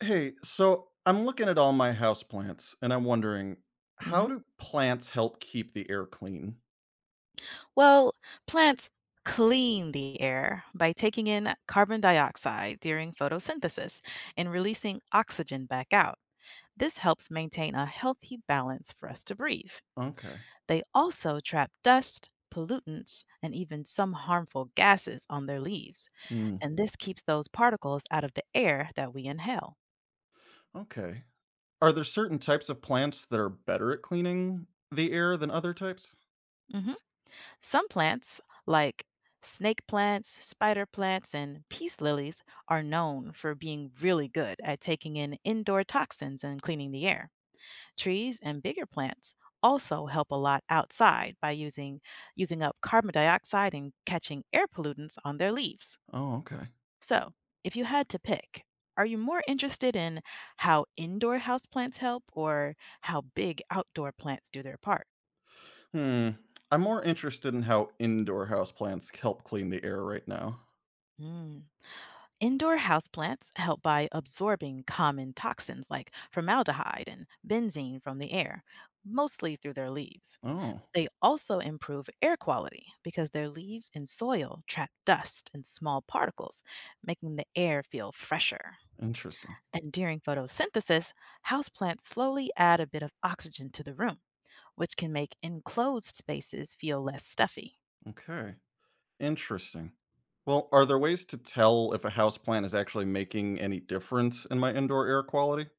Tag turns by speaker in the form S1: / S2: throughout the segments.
S1: Hey, so I'm looking at all my house plants, and I'm wondering how
S2: Mhm.
S1: do plants help keep the air clean?
S2: Well, plants clean the air by taking in carbon dioxide during photosynthesis and releasing oxygen back out. This helps maintain a healthy balance for us to breathe.
S1: Okay.
S2: They also trap dust, pollutants, and even some harmful gases on their leaves,
S1: Mm,
S2: and this keeps those particles out of the air that we inhale.
S1: okay. Are there certain types of plants that are better at cleaning the air than other types?
S2: Mhm. Some plants, like snake plants, spider plants, and peace lilies, are known for being really good at taking in indoor toxins and cleaning the air. Trees and bigger plants also help a lot outside by using up carbon dioxide and catching air pollutants on their leaves.
S1: Oh, okay.
S2: So, if you had to pick, are you more interested in how indoor houseplants help or how big outdoor plants do their part?
S1: Hmm. I'm more interested in how indoor house plants help clean the air right now.
S2: Mm. Indoor houseplants help by absorbing common toxins like formaldehyde and benzene from the air, mostly through their leaves.
S1: Oh,
S2: They also improve air quality because their leaves and soil trap dust and small particles, making the air feel fresher.
S1: interesting.
S2: And during photosynthesis, houseplants slowly add a bit of oxygen to the room, which can make enclosed spaces feel less stuffy.
S1: Okay. Interesting. Well, are there ways to tell if a house plant is actually making any difference in my indoor air quality?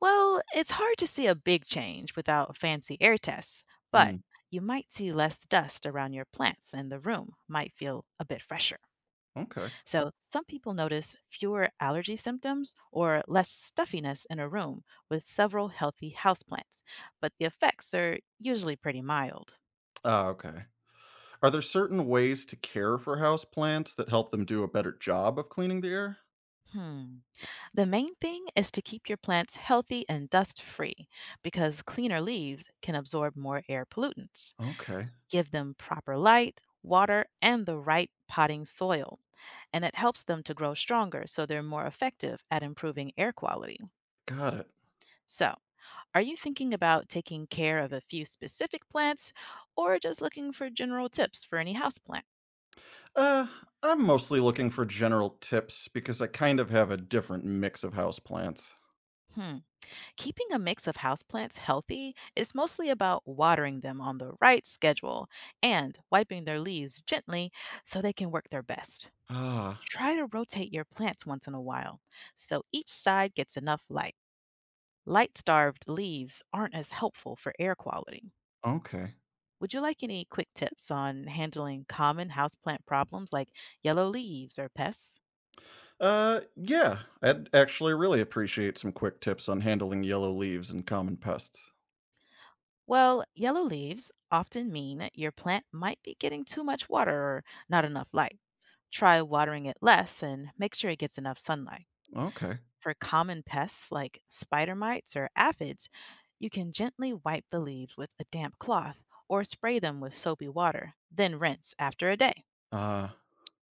S2: Well, it's hard to see a big change without fancy air tests, but
S1: Hmm.
S2: you might see less dust around your plants and the room might feel a bit fresher.
S1: Okay.
S2: So, some people notice fewer allergy symptoms or less stuffiness in a room with several healthy houseplants, but the effects are usually pretty mild.
S1: Ah, okay. Are there certain ways to care for houseplants that help them do a better job of cleaning the air?
S2: Hmm. The main thing is to keep your plants healthy and dust free because cleaner leaves can absorb more air pollutants.
S1: Okay,
S2: Give them proper light, water, and the right potting soil. And it helps them to grow stronger so they're more effective at improving air quality.
S1: got it.
S2: So, are you thinking about taking care of a few specific plants or just looking for general tips for any houseplant?
S1: Uh, I'm mostly looking for general tips because I kind of have a different mix of houseplants.
S2: Hmm. Keeping a mix of houseplants healthy is mostly about watering them on the right schedule and wiping their leaves gently so they can work their best.
S1: Ah,
S2: Try to rotate your plants once in a while so each side gets enough light. Light starved leaves aren't as helpful for air quality.
S1: okay.
S2: Would you like any quick tips on handling common houseplant problems like yellow leaves or pests?
S1: Yeah, I'd actually really appreciate some quick tips on handling yellow leaves and common pests.
S2: Well, yellow leaves often mean your plant might be getting too much water or not enough light. Try watering it less and make sure it gets enough sunlight.
S1: Okay.
S2: For common pests like spider mites or aphids, you can gently wipe the leaves with a damp cloth or spray them with soapy water, then rinse after a day.
S1: Uh,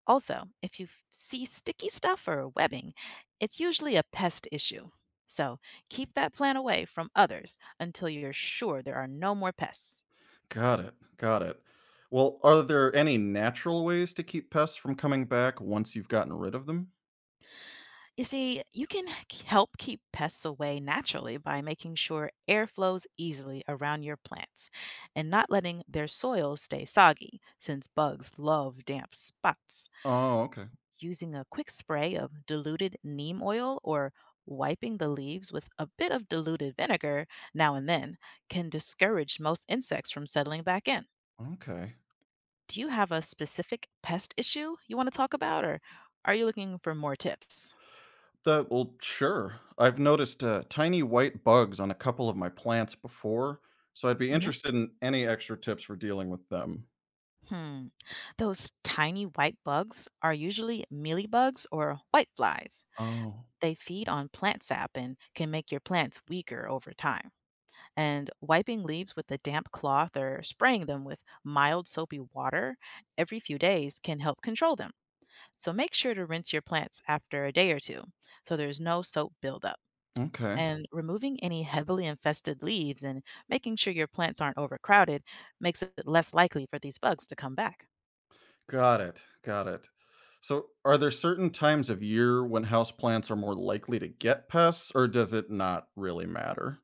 S2: Also, if you f- see sticky stuff or webbing, it's usually a pest issue. So keep that plant away from others until you're sure there are no more pests.
S1: got it. Got it. Well, are there any natural ways to keep pests from coming back once you've gotten rid of them?
S2: You see, help keep pests away naturally by making sure air flows easily around your plants and not letting their soil stay soggy, since bugs love damp spots.
S1: Oh, okay.
S2: Using a quick spray of diluted neem oil or wiping the leaves with a bit of diluted vinegar now and then can discourage most insects from settling back in.
S1: Okay.
S2: Do you have a specific pest issue you want to talk about, or are you looking for more tips?
S1: That well, sure. I've noticed tiny white bugs on a couple of my plants before, so I'd be
S2: Mm-hmm.
S1: interested in any extra tips for dealing with them.
S2: Hmm. Those tiny white bugs are usually mealybugs or white flies.
S1: Oh,
S2: They feed on plant sap and can make your plants weaker over time. And wiping leaves with a damp cloth or spraying them with mild soapy water every few days can help control them. So make sure to rinse your plants after a day or two so there's no soap buildup.
S1: okay.
S2: And removing any heavily infested leaves and making sure your plants aren't overcrowded makes it less likely for these bugs to come back.
S1: Got it. Got it. So, are there certain times of year when houseplants are more likely to get pests, or does it not really matter?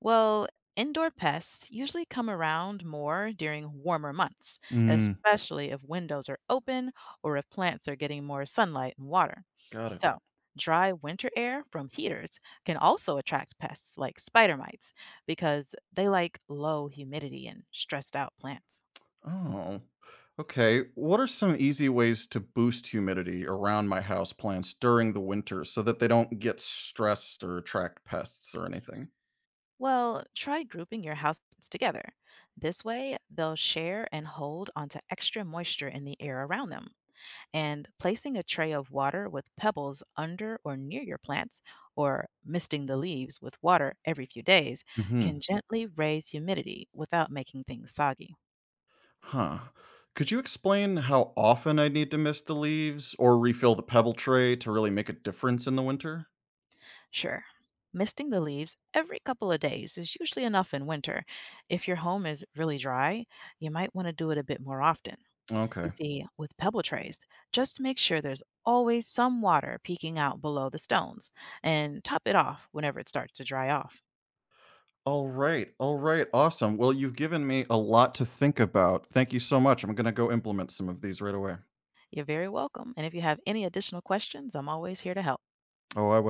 S2: Well, indoor pests usually come around more during warmer months,
S1: Mm.
S2: especially if windows are open or if plants are getting more sunlight and water.
S1: Got it.
S2: So, dry winter air from heaters can also attract pests like spider mites because they like low humidity and stressed out plants.
S1: Oh, okay. What are some easy ways to boost humidity around my house plants during the winter so that they don't get stressed or attract pests or anything?
S2: Well, try grouping your house plants together. This way, they'll share and hold onto extra moisture in the air around them. And placing a tray of water with pebbles under or near your plants or misting the leaves with water every few days can
S1: Hmm.
S2: gently raise humidity without making things soggy.
S1: Huh. Could you explain how often I need to mist the leaves or refill the pebble tray to really make a difference in the winter?
S2: Sure. Misting the leaves every couple of days is usually enough in winter. If your home is really dry, you might want to do it a bit more often. You
S1: Okay.
S2: see, with pebble trays, just make sure there's always some water peeking out below the stones and top it off whenever it starts to dry off.
S1: All right. All right. Awesome. Well, you've given me a lot to think about. Thank you so much. I'm going to go implement some of these right away.
S2: You're very welcome. And if you have any additional questions, I'm always here to help.
S1: Oh, I will.